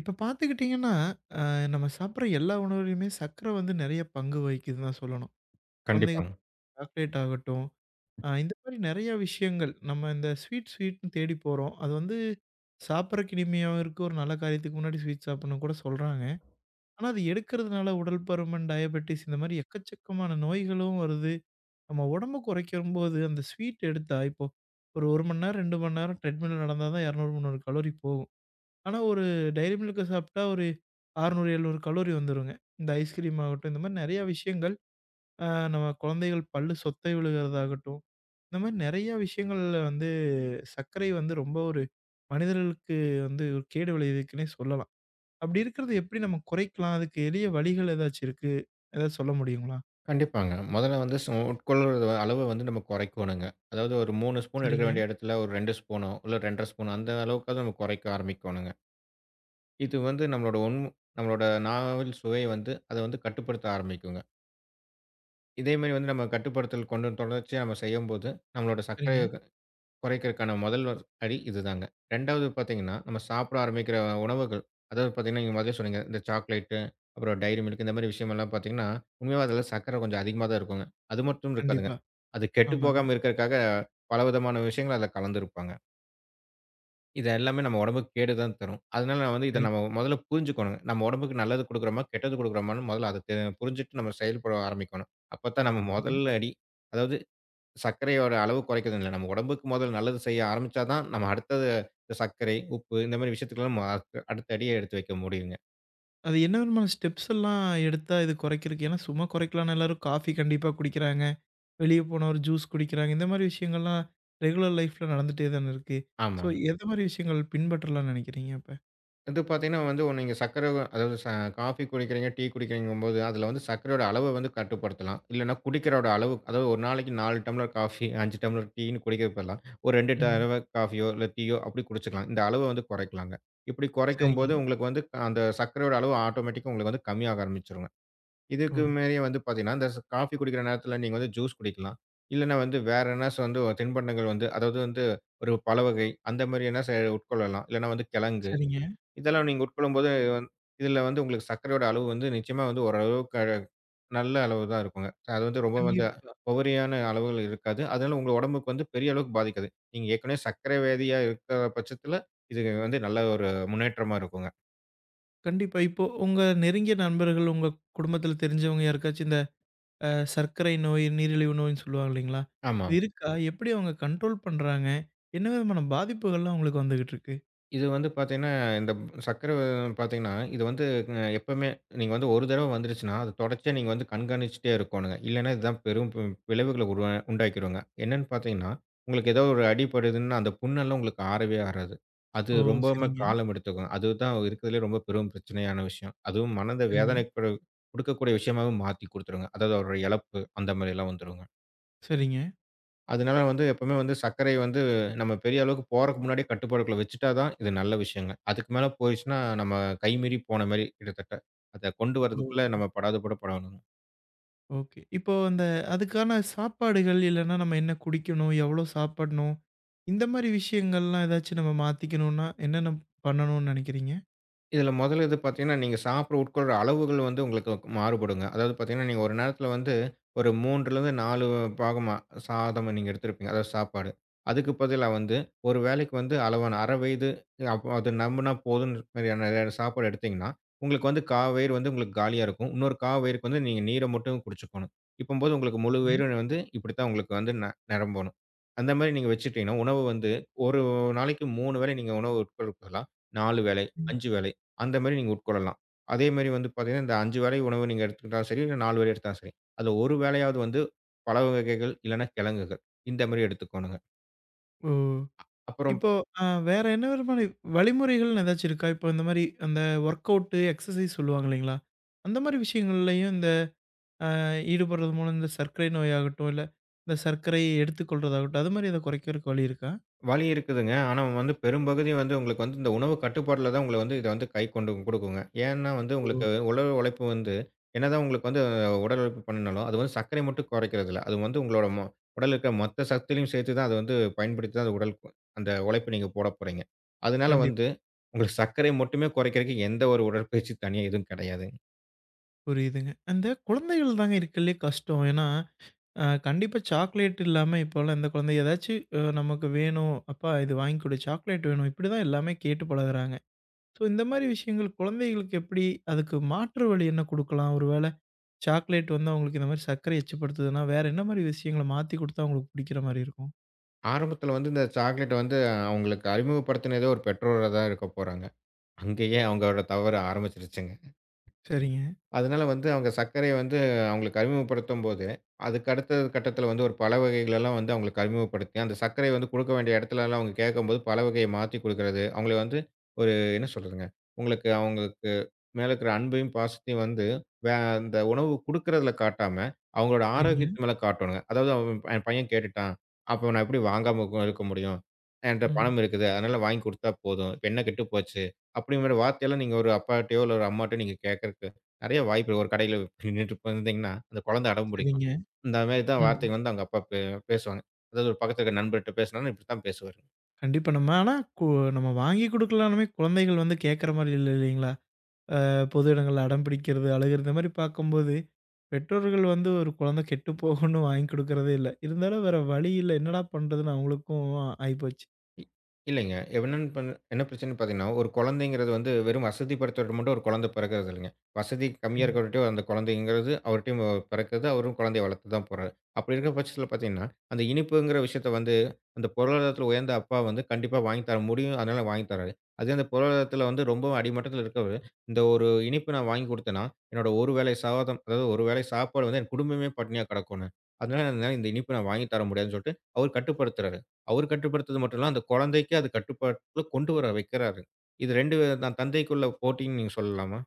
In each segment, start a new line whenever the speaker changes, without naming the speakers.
இப்ப பார்த்துக்கிட்டீங்கன்னா, நம்ம சாப்பிடுற எல்லா உணவுலயுமே சர்க்கரை வந்து நெறைய பங்கு வகிக்குதுன்னு தான் சொல்லணும். குழந்தைகள்
கண்டிப்பாங்க,
சாக்லேட் ஆகட்டும், இந்த மாரி நெறைய விஷயங்கள். நம்ம இந்த ஸ்வீட் ஸ்வீட்ன்னு தேடி போறோம். அது வந்து சாப்பிடுறக்கு இனிமையாவும் இருக்கு. ஒரு நல்ல காரியத்துக்கு முன்னாடி ஸ்வீட் சாப்பிடணும்னு கூட சொல்றாங்க. ஆனா, அது எடுக்கிறதுனால உடல் பருமன், டயபெட்டிஸ் இந்த மாரி எக்கச்சக்கமான நோய்களும் வருது. நம்ம உடம்பு குறைக்கும்போது அந்த ஸ்வீட் எடுத்தா, இப்போ ஒரு 1 மணி நேரம், 2 மணி நேரம் ட்ரெட்மில்ல நடந்தா தான் 200, 300 கலோரி போகும். ஆனா, ஒரு டெய்ரி மில்க் சாப்பிட்டா ஒரு 600, 700 கலோரி வந்துருங்க. இந்த ஐஸ்கிரீம் ஆகட்டும், இந்த மாரி நெறைய விஷயங்கள், அ நம்ம குழந்தைகள் பல்லு சொத்தை விழுகிறதாகட்டும், இந்த மாரி நெறைய விஷயங்கள்ல வந்து சர்க்கரை வந்து ரொம்ப ஒரு மனிதர்களுக்கு வந்து ஒரு கேடு விளைவிக்குன்னே சொல்லலாம். அப்படி இருக்கிறத எப்படி நம்ம குறைக்கலாம்? அதுக்கு எளிய வழிகள் ஏதாச்சும் இருக்கு? ஏதாவது சொல்ல முடியுங்களா?
கண்டிப்பாங்க. முதல்ல வந்து உட்கொள்ற அளவு வந்து நம்ம குறைக்கோணுங்க. அதாவது ஒரு 3 ஸ்பூன் எடுக்க
சரிங்க,
வேண்டிய இடத்துல ஒரு 2 ஸ்பூனோ, இல்ல 2 1/2 ஸ்பூனோ அந்த அளவுக்காவது நம்ம குறைக்க ஆரம்பிக்கோணுங்க. இது வந்து நம்மளோட நம்மளோட நாவில் சுவை வந்து அத வந்து கட்டுப்படுத்த ஆரம்பிக்குங்க. இதே மாரி வந்து நம்ம கட்டுப்படுத்தல் கொண்டு தொடர்ச்சியா நம்ம செய்யும்போது, நம்மளோட சர்க்கரை
சரிங்க.
குறைக்கிறதுக்கான முதல் ஒரு அடி இதுதாங்க. 2வது பார்த்தீங்கன்னா, நம்ம சாப்பிட ஆரம்பிக்கிற உணவுகள், அதாவது பார்த்தீங்கன்னா, நீங்க முதலே சொன்னீங்க. இந்த சாக்லேட்டு, அப்புறம் டைரி மில்க் இந்த மாரி விஷயமெல்லாம் பார்த்தீங்கன்னா, உண்மையாவே அதில சர்க்கரை கொஞ்சம் அதிகமா தான் இருக்குங்க. அது மட்டும் இருக்காதுங்க.
கண்டிப்பா.
அது கெட்டு
ஆமாங்க.
போகாம இருக்கிறதுக்காக பலவிதமான விஷயங்கள் அதில கலந்திருப்பாங்க. இது எல்லாமே நம்ம உடம்புக்கு கேடு தான் தரும். அதனால நான் வந்து இத
சரிங்க,
நம்ம முதல்ல புரிஞ்சுக்கணுங்க. நம்ம உடம்புக்கு நல்லது குடுக்குறோமா, கெட்டது குடுக்குறோமான்னு முதல்ல அத புரிஞ்சுட்டு நம்ம செயல்பட ஆரம்பிக்கணும். அப்ப தான் நம்ம
சரிங்க.
முதல் அடி, அதாவது சர்க்கரையோட அளவு குறைக்கிறது இல்ல. நம்ம உடம்புக்கு முதல்ல நல்லது செய்ய ஆரம்பிச்சா தான், நம்ம அடுத்தது இந்த சர்க்கரை, உப்பு இந்த மாரி விஷயத்துக்கெல்லாம் நம்ம அடுத்த அடிய எடுத்து வைக்க முடியுங்க.
அது என்ன விதமான ஸ்டெப்ஸ் எல்லாம் எடுத்தா இது குறைக்கிறதுக்கு? ஏன்னா சும்மா குறைக்கலாம்ன்னு எல்லாரும் காஃபி கண்டிப்பா குடிக்கிறாங்க. வெளிய போனா ஒரு ஜூஸ் குடிக்கிறாங்க. இந்த மாரி விஷயங்கள்லாம் ரெகுலர் லைஃப்ல நடந்துட்டே தான இருக்கு. ஸோ,
ஆமாங்க.
எந்த மாரி விஷயங்கள் பின்பற்றலாம்னு நெனைக்கிறீங்க அப்ப?
இது பார்த்தீங்கன்னா வந்து நீங்க சர்க்கரை அதாவது காஃபி குடிக்கிறீங்க, டீ குடிக்கிறீங்கும்போது, அதில வந்து சர்க்கரையோட அளவ வந்து கட்டுப்படுத்தலாம். இல்லன்னா குடிக்கிறோட அளவு அதாவது ஒரு நாளைக்கு 4 டம்ளர் காஃபி, 5 டம்ளர் டீன்னு குடிக்கிறதுக்கு பதிலா, ஒரு 2
ம்.
தடவ காஃபியோ, இல்ல டீயோ அப்படி குடிச்சுக்கலாம். இந்த அளவ வந்து குறைக்கலாங்க. இப்படி
சரிங்க.
குறைக்கும்போது உங்களுக்கு வந்து அந்த சர்க்கரையோட அளவு ஆட்டோமேட்டிக்கா உங்களுக்கு வந்து கம்மியாக ஆரம்பிச்சுரும்.
ஓ!
இதுக்கு மேலயே வந்து பார்த்தீங்கன்னா, இந்த காஃபி குடிக்கிற நேரத்தில நீங்க வந்து ஜூஸ் குடிக்கலாம். இல்லன்னா வந்து வேற என்னாச்சு வந்து ஒரு தின்பண்டங்கள் வந்து அதாவது வந்து ஒரு பழ வகை அந்த மாரி என்ன உட்கொள்ளலாம். இல்லன்னா வந்து கிழங்கு.
சரிங்க.
இதெல்லாம் நீங்க உட்கொள்ளும்போது வந் இதில வந்து உங்களுக்கு சர்க்கரையோட அளவு வந்து நிச்சயமா வந்து ஓரளவுக்கு நல்ல அளவு தான் இருக்குங்க. அது வந்து ரொம்ப வந்து
கண்டிப்பா.
உபரியான அளவுகள் இருக்காது. அதனால உங்க உடம்புக்கு வந்து பெரிய அளவுக்கு பாதிக்காது. நீங்க ஏற்கனவே சர்க்கரை வியாதியா இருக்கிற பட்சத்தில, இது வந்து நல்ல ஒரு முன்னேற்றமா இருக்குங்க.
கண்டிப்பா. இப்போ உங்க நெருங்கிய நண்பர்கள், உங்க குடும்பத்தில தெரிஞ்சவங்க யாருக்காச்சும் இந்த அ சர்க்கரை நோய், நீரிழிவு நோய்ன்னு சொல்லுவாங்க இல்லைங்களா?
ஆமா.
இது இருக்கா? எப்படி அவங்க கண்ட்ரோல் பண்றாங்க? என்ன விதமான பாதிப்புகள்லாம் உங்களுக்கு வந்துகிட்டு இருக்கு?
இது வந்து பார்த்தீங்கன்னா, இந்த சர்க்கரை பார்த்தீங்கன்னா, இது வந்து எப்பவுமே நீங்க வந்து ஒரு தடவ வந்துருச்சுன்னா, அது தொடர்ச்சியா நீங்க வந்து கண்காணிச்சுட்டே இருக்கோணுங்க. இல்லன்னா இதுதான் பெரும் விளைவுகள உருவா உண்டாக்கிருங்க. என்னன்னு பார்த்தீங்கன்னா, உங்களுக்கு ஏதோ ஒரு அடிபடுதுன்னா, அந்த புண்ணெல்லாம் உங்களுக்கு ஆறவே ஆறாது. அது
ஓ!
ரொம்பவுமே
சரிங்க,
காலம் எடுத்துக்கும். அதுதான் இருக்கிறதுலயே ரொம்ப பெரும் பிரச்சனையான விஷயம். அதுவும் மனத
சரிங்க,
வேதனை குடுக்கக்கூடிய விஷயமாவும் மாத்தி குடுத்துருங்க. அதாவது அவருடைய இழப்பு அந்த மாரிலாம் வந்துருங்க.
சரிங்க.
அதனால வந்து எப்பவுமே வந்து சர்க்கரை வந்து நம்ம பெரிய அளவுக்கு போறக்கு முன்னாடியே கட்டுப்பாடுக்குள்ள வச்சுட்டா தான் இது நல்ல விஷயங்க. அதுக்கு மேல போயிருச்சுன்னா, நம்ம கைமீறி போன மாரி கிட்டத்தட்ட. அத கொண்டு வரதுக்குள்ள
ஓ!
நம்ம படாத பாடு படணுங்க.
ஓகே. இப்போ அந்த அதுக்கான சாப்பாடுகள், இல்லன்னா நம்ம என்ன குடிக்கணும்? எவ்வளோ சாப்பிடணும்? இந்த மாரி விஷயங்கள்லாம் ஏதாச்சும் நம்ம மாத்திக்கணும்னா, என்னென்ன பண்ணணும்னு நெனைக்கிறீங்க?
இதில முதல் இது பார்த்தீங்கன்னா, நீங்க சாப்பிட உட்கொள்ற அளவுகள் வந்து உங்களுக்கு மாறுபடுங்க. அதாவது பார்த்தீங்கன்னா, நீங்க ஒரு நேரத்தில வந்து ஒரு 3லேருந்து 4 பாகமா சாதம் நீங்க எடுத்திருப்பீங்க. அதாவது சாப்பாடு. அதுக்கு பதிலா வந்து ஒரு வேளைக்கு வந்து அளவான அரை வயிது அப்போ அது நம்புனா போதும்ன்ற மாதிரியான சாப்பாடு எடுத்தீங்கன்னா, உங்களுக்கு வந்து கா வயிறு வந்து உங்களுக்கு காலியா இருக்கும். இன்னொரு கா வயிறுக்கு வந்து நீங்க நீரை மட்டும் குடிச்சுக்கணும். இப்பம்போது உங்களுக்கு முழு வயிறு வந்து இப்படித்தான் உங்களுக்கு வந்து நிரம்பணும். அந்த மாரி நீங்க வச்சுட்டீங்கன்னா, உணவு வந்து ஒரு நாளைக்கு 3 வேளை நீங்க உணவு உட்கொள்றதுக்கு பதிலா 4 வேளை,
ம்.
5 வேளை அந்த மாரி நீங்க உட்கொள்ளலாம். அதே மாரி வந்து பார்த்தீங்கன்னா, இந்த 5 வேளை உணவு நீங்க எடுத்துக்கிட்டாலும் சரி, இல்ல 4 வேளை எடுத்தாலும் சரி. அதுல ஒரு வேளையாவது வந்து பழ வகைகள் இல்லன்னா கிழங்குகள். இந்த மாரி எடுத்துக்கோணுங்க.
ஓ!
அப்புறம்
இப்போ அ வேற என்ன விதமான வழிமுறைகள்னு ஏதாச்சும் இருக்கா? இப்போ இந்த மாரி அந்த வொர்க் அவுட்டு, எக்சர்சைஸ் சொல்லுவாங்க இல்லைங்களா? அந்த மாரி விஷயங்கள்லயும் இந்த ஈடுபடுறது மூலம் இந்த சர்க்கரை நோயாகட்டும், இல்ல இந்த சர்க்கரையை எடுத்துக்கொள்றதாகட்டும், அது மாரி எத குறைக்கிறதுக்கு வழி இருக்கா?
வழி இருக்குதுங்க. ஆனா வந்து பெரும்பகுதி வந்து உங்களுக்கு வந்து இந்த உணவு கட்டுப்பாட்டுல தான் உங்கள வந்து இத வந்து கை கொண்டு குடுக்குங்க. ஏன்னா வந்து
ஓ!
உங்களுக்கு உடல் உழைப்பு வந்து என்னதான் உங்களுக்கு வந்து உடல் உழைப்பு பண்ணுனாலும், அது வந்து சர்க்கரை மட்டும் குறைக்கிறது இல்ல. அது வந்து உங்களோட உடல்ல இருக்கிற மொத்த சக்தியும் சேர்த்து தான் அது வந்து பயன்படுத்தி தான் அந்த உடல் அந்த உழைப்பு நீங்க போடப் போறீங்க. அதனால
கண்டிப்பா.
வந்து உங்களுக்கு சர்க்கரை மட்டுமே குறைக்கிறதுக்கு எந்த ஒரு உடற்பயிற்சி தனியா எதுவும் கிடையாதுங்க.
புரியுதுங்க. அந்த குழந்தைகள் தாங்க இருக்கறதுலயே கஷ்டம். ஏன்னா, கண்டிப்பா சாக்லேட் இல்லாம இப்போலாம் எந்த குழந்தை ஏதாச்சும் நமக்கு வேணும், "அப்பா இது வாங்கி கொடு, சாக்லேட் வேணும்." இப்படிதான் எல்லாமே கேட்டு பழகுறாங்க. ஸோ இந்த மாரி விஷயங்கள் குழந்தைகளுக்கு எப்படி அதுக்கு மாற்று வழி என்ன குடுக்கலாம்? ஒருவேள சாக்லேட் வந்து அவங்களுக்கு இந்த மாரி சர்க்கரை எச்சப்படுத்துதுன்னா, வேற என்ன மாரி விஷயங்கள மாத்தி குடுத்தா அவங்களுக்கு பிடிக்கிற மாரி இருக்கும்?
ஆரம்பத்துல வந்து இந்த சாக்லேட் வந்து அவங்களுக்கு அறிமுகப்படுத்தினதே ஒரு பெற்றோரா தான் இருக்கப் போறாங்க. அங்கேயே அவங்களோட தவறு ஆரம்பிச்சிருச்சுங்க.
சரிங்க,
அதனால வந்து அவங்க சர்க்கரைய வந்து அவங்களுக்கு அறிமுகப்படுத்தும்போது, அதுக்கு அடுத்த கட்டத்தில வந்து ஒரு பழ வகைகள் எல்லாம் வந்து அவங்களுக்கு அறிமுகப்படுத்தி, அந்த சர்க்கரைய வந்து குடுக்க வேண்டிய இடத்துலலாம் அவங்க கேட்கும்போது பழ வகைய மாத்தி குடுக்குறது, அவங்கள வந்து ஒரு என்ன சொல்றதுங்க, உங்களுக்கு அவங்களுக்கு மேல இருக்கிற அன்பையும், பாசத்தையும் வந்து வே அந்த உணவு குடுக்குறதில காட்டாம, அவங்களோட
சரிங்க.
ஆரோக்கியத்து மேல காட்டணுங்க. அதாவது அவன் என் பையன் கேட்டுட்டான். அப்போ நான் எப்படி வாங்காம இருக்க முடியும்? என்ட்ட
ம்.
பணம் இருக்குது. அதனால வாங்கி குடுத்தா போதும். இப்ப என்ன கெட்டு போச்சு? அப்படிங்கிற வார்த்தையெல்லாம் நீங்க ஒரு அப்பாட்டயோ, இல்ல ஒரு அம்மாட்டயோ நீங்க கேட்கறக்கு நெறைய வாய்ப்பு ஒரு கடையில நின்னுட்டு இருந்தீங்கன்னா, அந்த குழந்தை அடம்
சரிங்க.
பிடிக்கும். இந்த மாரி தான்
ம்.
வார்த்தைங்க வந்து அவங்க அப்பா பேசுவாங்க. அதாவது ஒரு பக்கத்துல இருக்க நண்பர்ட்ட பேசினாலும் இப்படித்தான் பேசுவாரு.
கண்டிப்பா நம்ம ஆனா கு நம்ம வாங்கி குடுக்கலானுமே குழந்தைகள் வந்து கேட்கற மாரி இல்ல இல்லைங்களா? பொது இடங்கள்ல அடம் பிடிக்கிறது, அழுகுறது இந்த மாரி பார்க்கும்போது, பெற்றோர்கள் வந்து ஒரு குழந்தை கெட்டு போகும்னு வாங்கி குடுக்குறதே இல்ல. இருந்தாலும் வேற வழி இல்ல. என்னடா பண்றதுன்னு அவங்களுக்கும் ஆயிப்போச்சு.
இ இல்லைங்க. என்ன பிரச்சனைன்னு பார்த்தீங்கன்னா, ஒரு குழந்தைங்கிறது வந்து வெறும் வசதி படைத்தவர்ட்ட மட்டும் ஒரு குழந்தை பிறக்கிறது இல்லைங்க. வசதி கம்மியா இருக்கிறவர்ட்டயும் அந்த குழந்தைங்கிறது அவர்ட்டயும் பிறக்குது. அவரும் குழந்தைய வளர்த்து தான் போறாரு. அப்படி இருக்கிற பட்சத்தில பார்த்தீங்கன்னா, அந்த இனிப்புங்கிற விஷயத்த வந்து அந்த பொருளாதாரத்தில உயர்ந்த அப்பா வந்து கண்டிப்பா வாங்கி தர முடியும். அதனால வாங்கி தர்றாரு. அதே அந்த பொருளாதாரத்தில வந்து ரொம்பவும் அடிமட்டத்தில இருக்கிறவரு, இந்த ஒரு இனிப்பு நான் வாங்கி கொடுத்தேன்னா, என்னோட ஒரு வேளை சாதம், அதாவது ஒரு வேளை சாப்பாடு வந்து என் குடும்பமே பட்டினியா கிடக்கும்ன்னு. அதனால என்னால இந்த இனிப்பு நான் வாங்கி தர முடியாதுன்னு சொல்லிட்டு அவர் கட்டுப்படுத்துறாரு. அவரு கட்டுப்படுத்துறது மட்டும் இல்ல, அந்த குழந்தைக்கு அது கட்டுப்பாட்டுல கொண்டு வர வைக்கிறாரு. இது 2 தான் தந்தைக்குள்ள போட்டின்னு நீங்க சொல்லலாமா?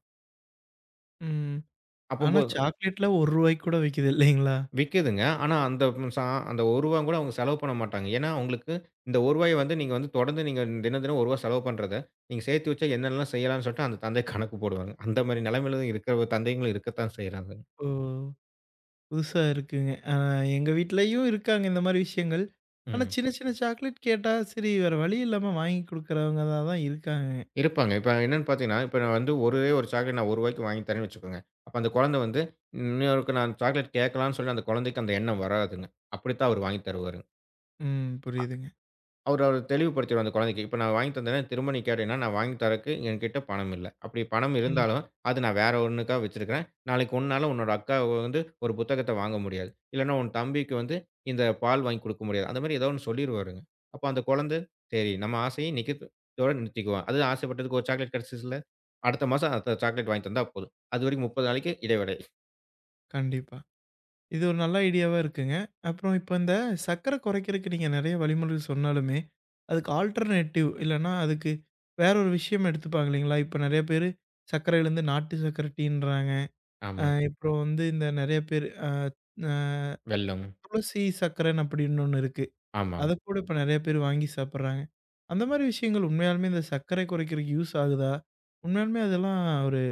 ம். ஆனா
அப்பம்போது
சாக்லேட்லாம் ரூ. 1 கூட விக்குது இல்லைங்களா?
விக்குதுங்க. ஆனா அந்த சா அந்த ரூ. 1 கூட அவங்க செலவு பண்ண மாட்டாங்க. ஏன்னா, அவங்களுக்கு இந்த ரூ. 1 வந்து நீங்க வந்து தொடர்ந்து நீங்க தினம், தினம் ரூ. 1 செலவு பண்றத, நீங்க சேர்த்து வச்சா என்னென்னலாம் செய்யலாம்ன்னு சொல்லிட்டு அந்த தந்தை கணக்கு போடுவாங்க. அந்த மாரி நிலைமையில இருக்கிற தந்தைங்களும் இருக்கத்தான் செய்றாங்க.
ஓ! புதுசா இருக்குங்க. ஆ எங்க வீட்லயும் இருக்காங்க இந்த மாரி விஷயங்கள். ஆனா
ம்.
சின்ன சின்ன சாக்லேட் கேட்டா சரி வேற வழி இல்லாம வாங்கி குடுக்குறவங்க தான் தான் இருக்காங்க.
இருப்பாங்க. இப்ப என்னன்னு பார்த்தீங்கன்னா, இப்ப நான் வந்து ஒரே ஒரு சாக்லேட் நான் ரூ. 1க்கு வாங்கி தரேன்னு வச்சுக்கோங்க. அப்ப அந்த குழந்தை வந்து இன்னொருக்கு நான் சாக்லேட் கேட்கலான்னு சொல்லி அந்த குழந்தைக்கு அந்த எண்ணம் வராதுங்க. அப்படித்தான் அவர் வாங்கி தருவாரு.
ம். புரியுதுங்க.
அவரு அவரு தெளிவுபடுத்திருவாரு அந்த குழந்தைக்கு. இப்ப நான் வாங்கி தந்தேன்னா, திரும்ப நீ கேட்டீன்னா, நான் வாங்கி தர்றக்கு என்கிட்ட பணம் இல்ல. அப்படி பணம்
ம்.
இருந்தாலும், அது நான் வேற ஒண்ணுக்கா வச்சிருக்கிறேன். நாளைக்கு உன்னால உன்னோட அக்கா வந்து ஒரு புத்தகத்த வாங்க முடியாது. இல்லன்னா, உன் தம்பிக்கு வந்து இந்த பால் வாங்கி குடுக்க முடியாது. அந்த மாரி ஏதோ ஒண்ணு சொல்லிருவாருங்க. அப்ப அந்த குழந்தை, சரி நம்ம ஆசையை நிக்குது இதோட நிறுத்திக்குவோம். அது ஆசைப்பட்டதுக்கு ஒரு சாக்லேட் கிடைச்சதுல, அடுத்த மாசம் அடுத்த சாக்லேட் வாங்கி தந்தா போதும். அதுவரைக்கும் 30 நாளைக்கு இடைவேளை.
கண்டிப்பா. இது ஒரு நல்ல ஐடியாவா இருக்குங்க. அப்புறம் இப்ப இந்த சர்க்கர குறைக்கிறதுக்கு நீங்க நெறைய வழிமுறை சொன்னாலுமே, அதுக்கு ஆல்டர்னேட்டிவ் இல்லன்னா, அதுக்கு வேற ஒரு விஷயம் எடுத்துப்பாங்க இல்லைங்களா? இப்ப நெறைய பேரு சர்க்கரையிலருந்து நாட்டு சர்க்கர டீன்றாங்க. அ
ஆமா.
அப்புறம் வந்து இந்த நெறைய பேர் அ அ
வெல்லம்.
துளசி சர்க்கரைன்னு அப்படின்னு ஒண்ணு இருக்கு.
ஆமா.
அத கூட இப்ப நெறைய பேர் வாங்கி சாப்பிடுறாங்க. அந்த மாரி விஷயங்கள் உண்மையாலுமே இந்த சர்க்கரை குறைக்கிறதுக்கு யூஸ் ஆகுதா? உண்மையாலுமே அதெல்லாம் ஒரு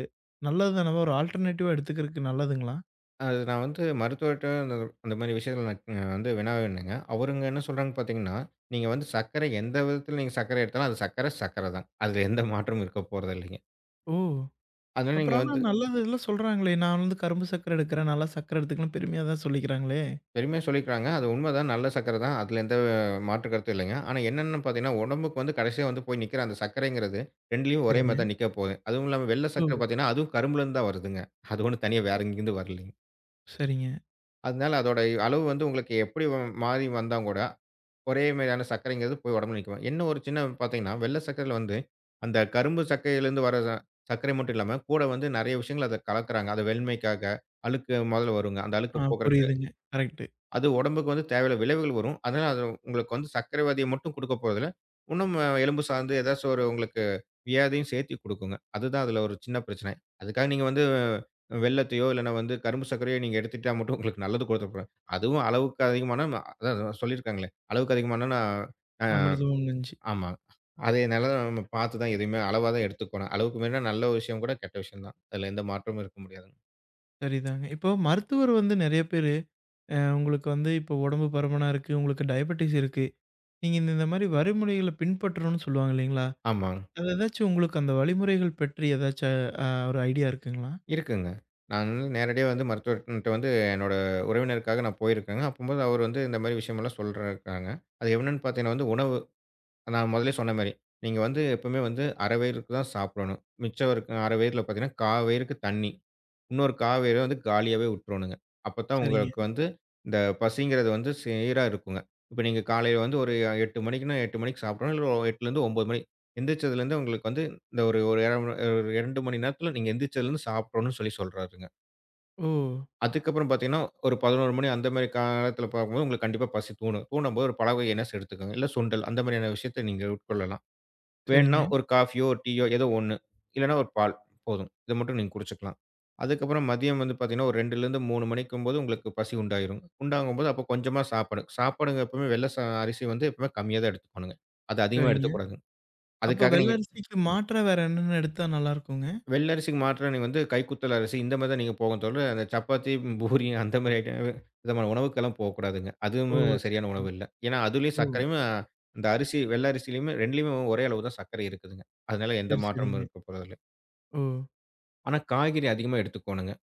நல்லது தானவா? ஒரு ஆல்டர்னேட்டிவா எடுத்துக்கிறதுக்கு நல்லதுங்களா?
அது நான் வந்து மருத்துவர்ட்ட அந்த அந்த மாரி விஷயத்துல நான் வந்து வினாவினேங்க. அவருங்க என்ன சொல்றாங்க பார்த்தீங்கன்னா, நீங்க வந்து சர்க்கரை எந்த விதத்துல நீங்க சர்க்கரை எடுத்தாலும், அது சர்க்கரை சர்க்கரை தான். அதுல எந்த மாற்றமும் இருக்க போறதில்லைங்க.
ஓ!
அதனால நீங்க
அப்புறம் ஆனா
வந்து
நல்லது எல்லாம் சொல்றாங்களே! நான் வந்து கரும்பு சர்க்கரை எடுக்கிறேன். நல்லா சர்க்கரை எடுத்துக்கன்னு பெருமையா தான் சொல்லிக்கிறாங்களே!
பெருமையா சொல்லிக்கிறாங்க. அது உண்மைதான். நல்ல சர்க்கரை தான். அதுல எந்த மாற்று கருத்தும் இல்லைங்க. ஆனா என்னன்னு பார்த்தீங்கன்னா, உடம்புக்கு வந்து கடைசியா வந்து போய் நிக்கிற அந்த சர்க்கரைங்கிறது 2லயும் ஒரே
சரிங்க.
மாரி தான் நிக்க போகுது. அதுவும் இல்லாம வெள்ள
ஓ!
சர்க்கரை பார்த்தீங்கன்னா, அதுவும் கரும்புலருந்து தான் வருதுங்க. அது ஒண்ணும் தனியா வேற எங்கேருந்து வரலைங்க.
சரிங்க.
அதனால அதோட அளவு வந்து உங்களுக்கு எப்படி மாறி வந்தா கூட ஒரே மாரியான சர்க்கரைங்கிறது போய் உடம்புல நிக்குமா? என்ன ஒரு சின்ன பார்த்தீங்கன்னா, வெள்ள சர்க்கரையில வந்து, அந்த கரும்பு சர்க்கரையிலேருந்து வர சர்க்கரை மட்டும் இல்லாம, கூட வந்து நெறைய விஷயங்கள் அத கலக்குறாங்க. அத வெண்மைக்காக, அழுக்கு மொதல்ல வருங்க. அந்த
ஆ
அழுக்கு போக்குறக்கு
புரியுதுங்க. கரெக்ட்டு.
அது உடம்புக்கு வந்து தேவையில்ல விளைவுகள் வரும். அதனால அது உங்களுக்கு வந்து சர்க்கரை வியாதிய மட்டும் குடுக்க போறதில்ல. இன்னும் எலும்பு சார்ந்து ஏதாச்சும் ஒரு உங்களுக்கு வியாதியும் சேர்த்தி குடுக்குங்க. அதுதான் அதுல ஒரு சின்ன பிரச்சனை. அதுக்காக நீங்க வந்து வெல்லத்தையோ, இல்லன்னா வந்து கரும்பு சர்க்கரையோ நீங்க எடுத்துக்கிட்டா மட்டும் உங்களுக்கு நல்லது குடுத்துற போறேன். அதுவும் அளவுக்கு அதிகமான அதான் அதான் சொல்லியிருக்காங்களே. அளவுக்கு அதிகமான நான் அ
அமிர்தமும் நஞ்சு.
ஆமா. அதனால நம்ம பார்த்து தான் எதையுமே அளவா தான் எடுத்துக்கணும். அளவுக்கு மீறினா நல்ல விஷயம் கூட கெட்ட விஷயம் தான். அதுல எந்த மாற்றமும் இருக்க முடியாதுங்க.
சரிதாங்க. இப்போ மருத்துவர் வந்து நெறைய பேரு, உங்களுக்கு வந்து இப்போ உடம்பு பருமனா இருக்கு, உங்களுக்கு டயபெட்டிஸ் இருக்கு. நீங்க இந்த இந்த மாரி வழிமுறைகள பின்பற்றணும்னு சொல்லுவாங்க இல்லைங்களா?
ஆமா.
அது ஏதாச்சும் உங்களுக்கு அந்த வழிமுறைகள் பற்றி ஏதாச்சும் ஒரு ஐடியா இருக்குங்களா?
இருக்குங்க. நான் வந்து நேரடியா வந்து மருத்துவர்ட்ட வந்து என்னோட உறவினருக்காக நான் போயிருக்கேங்க. அப்பம்போது அவர் வந்து இந்த மாரி விஷயமெல்லாம் சொல்றாருக்காங்க. அது என்னன்னு பார்த்தீங்கன்னா வந்து உணவு. நான் முதலே சொன்ன மாரி. நீங்க வந்து எப்பவுமே வந்து அரை வயிறுக்கு தான் சாப்பிடணும். மிச்சம் இருக்க அரை வயிறுல பார்த்தீங்கன்னா, கா வயிறுக்கு தண்ணி. இன்னொரு காவேரி வந்து காலியாவே விட்டுறணுங்க. அப்பத்தான்
சரிங்க.
உங்களுக்கு வந்து இந்த பசிங்கிறது வந்து சீரா இருக்குங்க. இப்ப நீங்க காலையில வந்து ஒரு 8 மணிக்குன்னா 8 மணிக்கு சாப்பிடணும். இல்ல 8லேருந்து 9 மணி. எந்திரிச்சதுலேருந்து உங்களுக்கு வந்து இந்த ஒரு ஒரு 2 மணி நேரத்தில நீங்க எந்திரிச்சதுலேருந்து சாப்பிடணும்னு சொல்லி சொல்றாருங்க.
ஓ!
அதுக்கப்புறம் பார்த்தீங்கன்னா, ஒரு 11 மணி அந்த மாரி காலத்தில பார்க்கும்போது உங்களுக்கு கண்டிப்பா பசி தூணும். தூணும்போது ஒரு பல வகை நட்ஸ் எடுத்துக்கோங்க. இல்ல சுண்டல் அந்த மாதிரியான விஷயத்த நீங்க உட்கொள்ளலாம். வேணும்னா
சரிங்க,
ஒரு காஃபியோ, ஒரு டீயோ ஏதோ ஒண்ணு. இல்லன்னா ஒரு பால் போதும். இத மட்டும் நீங்க குடிச்சுக்கலாம். அதுக்கப்புறம் மதியம் வந்து பார்த்தீங்கன்னா, ஒரு 2லேருந்து 3 மணிக்கும்போது உங்களுக்கு பசி உண்டாயிரும். உண்டாகும்போது அப்போ கொஞ்சமா சாப்பாடு. சாப்பாடுங்க எப்பவுமே வெள்ள அரிசி வந்து எப்பவுமே கம்மியா தான் எடுத்துக்கணுங்க. அது அதிகமா
சரிங்க.
எடுத்துக்கூடாதுங்க.
அப்ப
அதுக்காக
வெள்ள
நீங்க
அரிசிக்கு மாற்றா வேற என்னென்ன எடுத்தா நல்லாருக்குங்க?
வெள்ள அரிசிக்கு மாற்றா நீங்க வந்து கைக்குத்தல் அரிசி இந்த மாரி தான் நீங்க போகும் தவிர, அந்த சப்பாத்தி, பூரி அந்த மாரி விதமான உணவுக்கெல்லாம் போக்கூடாதுங்க.
ஓ!
அதுவுமே சரியான
சரிங்க.
உணவு இல்ல. ஏன்னா அதுலயும்
ஓ!
சர்க்கரையும் அந்த அரிசி வெள்ள அரிசியிலயுமே 2லயுமே ஒரே அளவு தான் சர்க்கரை இருக்குதுங்க. அதனால எந்த
சரி,
மாற்றமும்
சரிங்க.
இருக்க போறதில்ல.
ஓ!
ஆனா, காய்கறி அதிகமா எடுத்துக்கோணுங்க.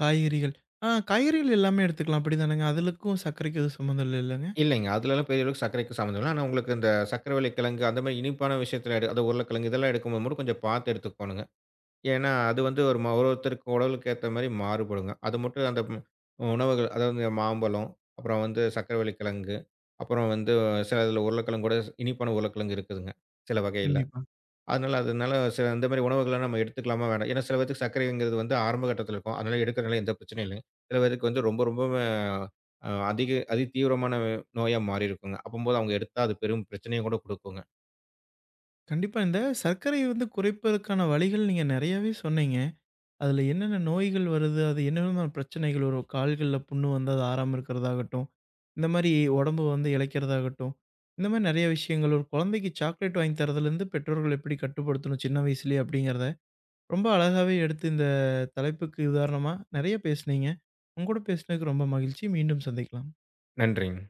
காய்கறிகள். ஆ காய்கறிகள் எல்லாமே எடுத்துக்கலாம். அப்படிதானங்க? அதுலக்கும் சர்க்கரைக்கும் எதுவும் சம்மந்தம் இல்லல்லங்க?
இல்லைங்க. அதுலலாம் பெரிய அளவுக்கு சர்க்கரைக்கு சம்மந்தம் இல்ல. ஆனா, உங்களுக்கு இந்த சர்க்கரைவள்ளிக்கிழங்கு அந்த மாரி இனிப்பான விஷயத்துல அது உருளைக்கிழங்கு இதெல்லாம் எடுக்கும்போது மட்டும் கொஞ்சம் பார்த்து எடுத்துக்கோணுங்க. ஏன்னா, அது வந்து ஒரு ஒரு ஒருத்தருக்கு உடலுக்கு ஏத்த மாரி மாறுபடுங்க. அது மட்டும் அந்த உணவுகள் அதாவது இந்த மாம்பழம், அப்புறம் வந்து சர்க்கரைவள்ளிக்கிழங்கு, அப்புறம் வந்து சில இதுல உருளைக்கிழங்கு கூட இனிப்பான உருளைக்கிழங்கு இருக்குதுங்க, சில வகையில.
கண்டிப்பா.
அதனால அதனால சில இந்த மாரி உணவுகள்லாம் நம்ம எடுத்துக்கலாமா? வேணாம். ஏன்னா சில பேத்துக்கு சர்க்கரைங்கிறது வந்து ஆரம்ப கட்டத்தில இருக்கும். அதனால எடுக்கிறனால எந்த பிரச்சனையும் இல்லைங்க. சில பேருக்கு வந்து ரொம்ப ரொம்பவே அதிக தீவிரமான நோயா மாறி இருக்குங்க. அப்பம்போது அவங்க எடுத்தா அது பெரும் பிரச்சனையும் கூட குடுக்குங்க.
கண்டிப்பா. இந்த சர்க்கரை வந்து குறைப்பதற்கான வழிகள் நீங்க நெறையாவே சொன்னீங்க. அதுல என்னென்ன நோய்கள் வருது? அது என்ன விதமான பிரச்சனைகள் வரும்? கால்கள்ல புண்ணு வந்தா அது ஆறாம இருக்கிறதாகட்டும், இந்த மாரி உடம்பு வந்து இளைக்கிறதாகட்டும், இந்த மாரி நெறைய விஷயங்கள். ஒரு குழந்தைக்கு சாக்லேட் வாங்கி தரதுலேருந்து பெற்றோர்கள் எப்படி கட்டுப்படுத்தணும் சின்ன வயசுலயே அப்படிங்கிறத ரொம்ப அழகாவே எடுத்து இந்த தலைப்புக்கு உதாரணமா நெறைய பேசுனீங்க. உங்க கூட பேசினதுக்கு ரொம்ப மகிழ்ச்சி. மீண்டும் சந்திக்கலாம்.
நன்றிங்க.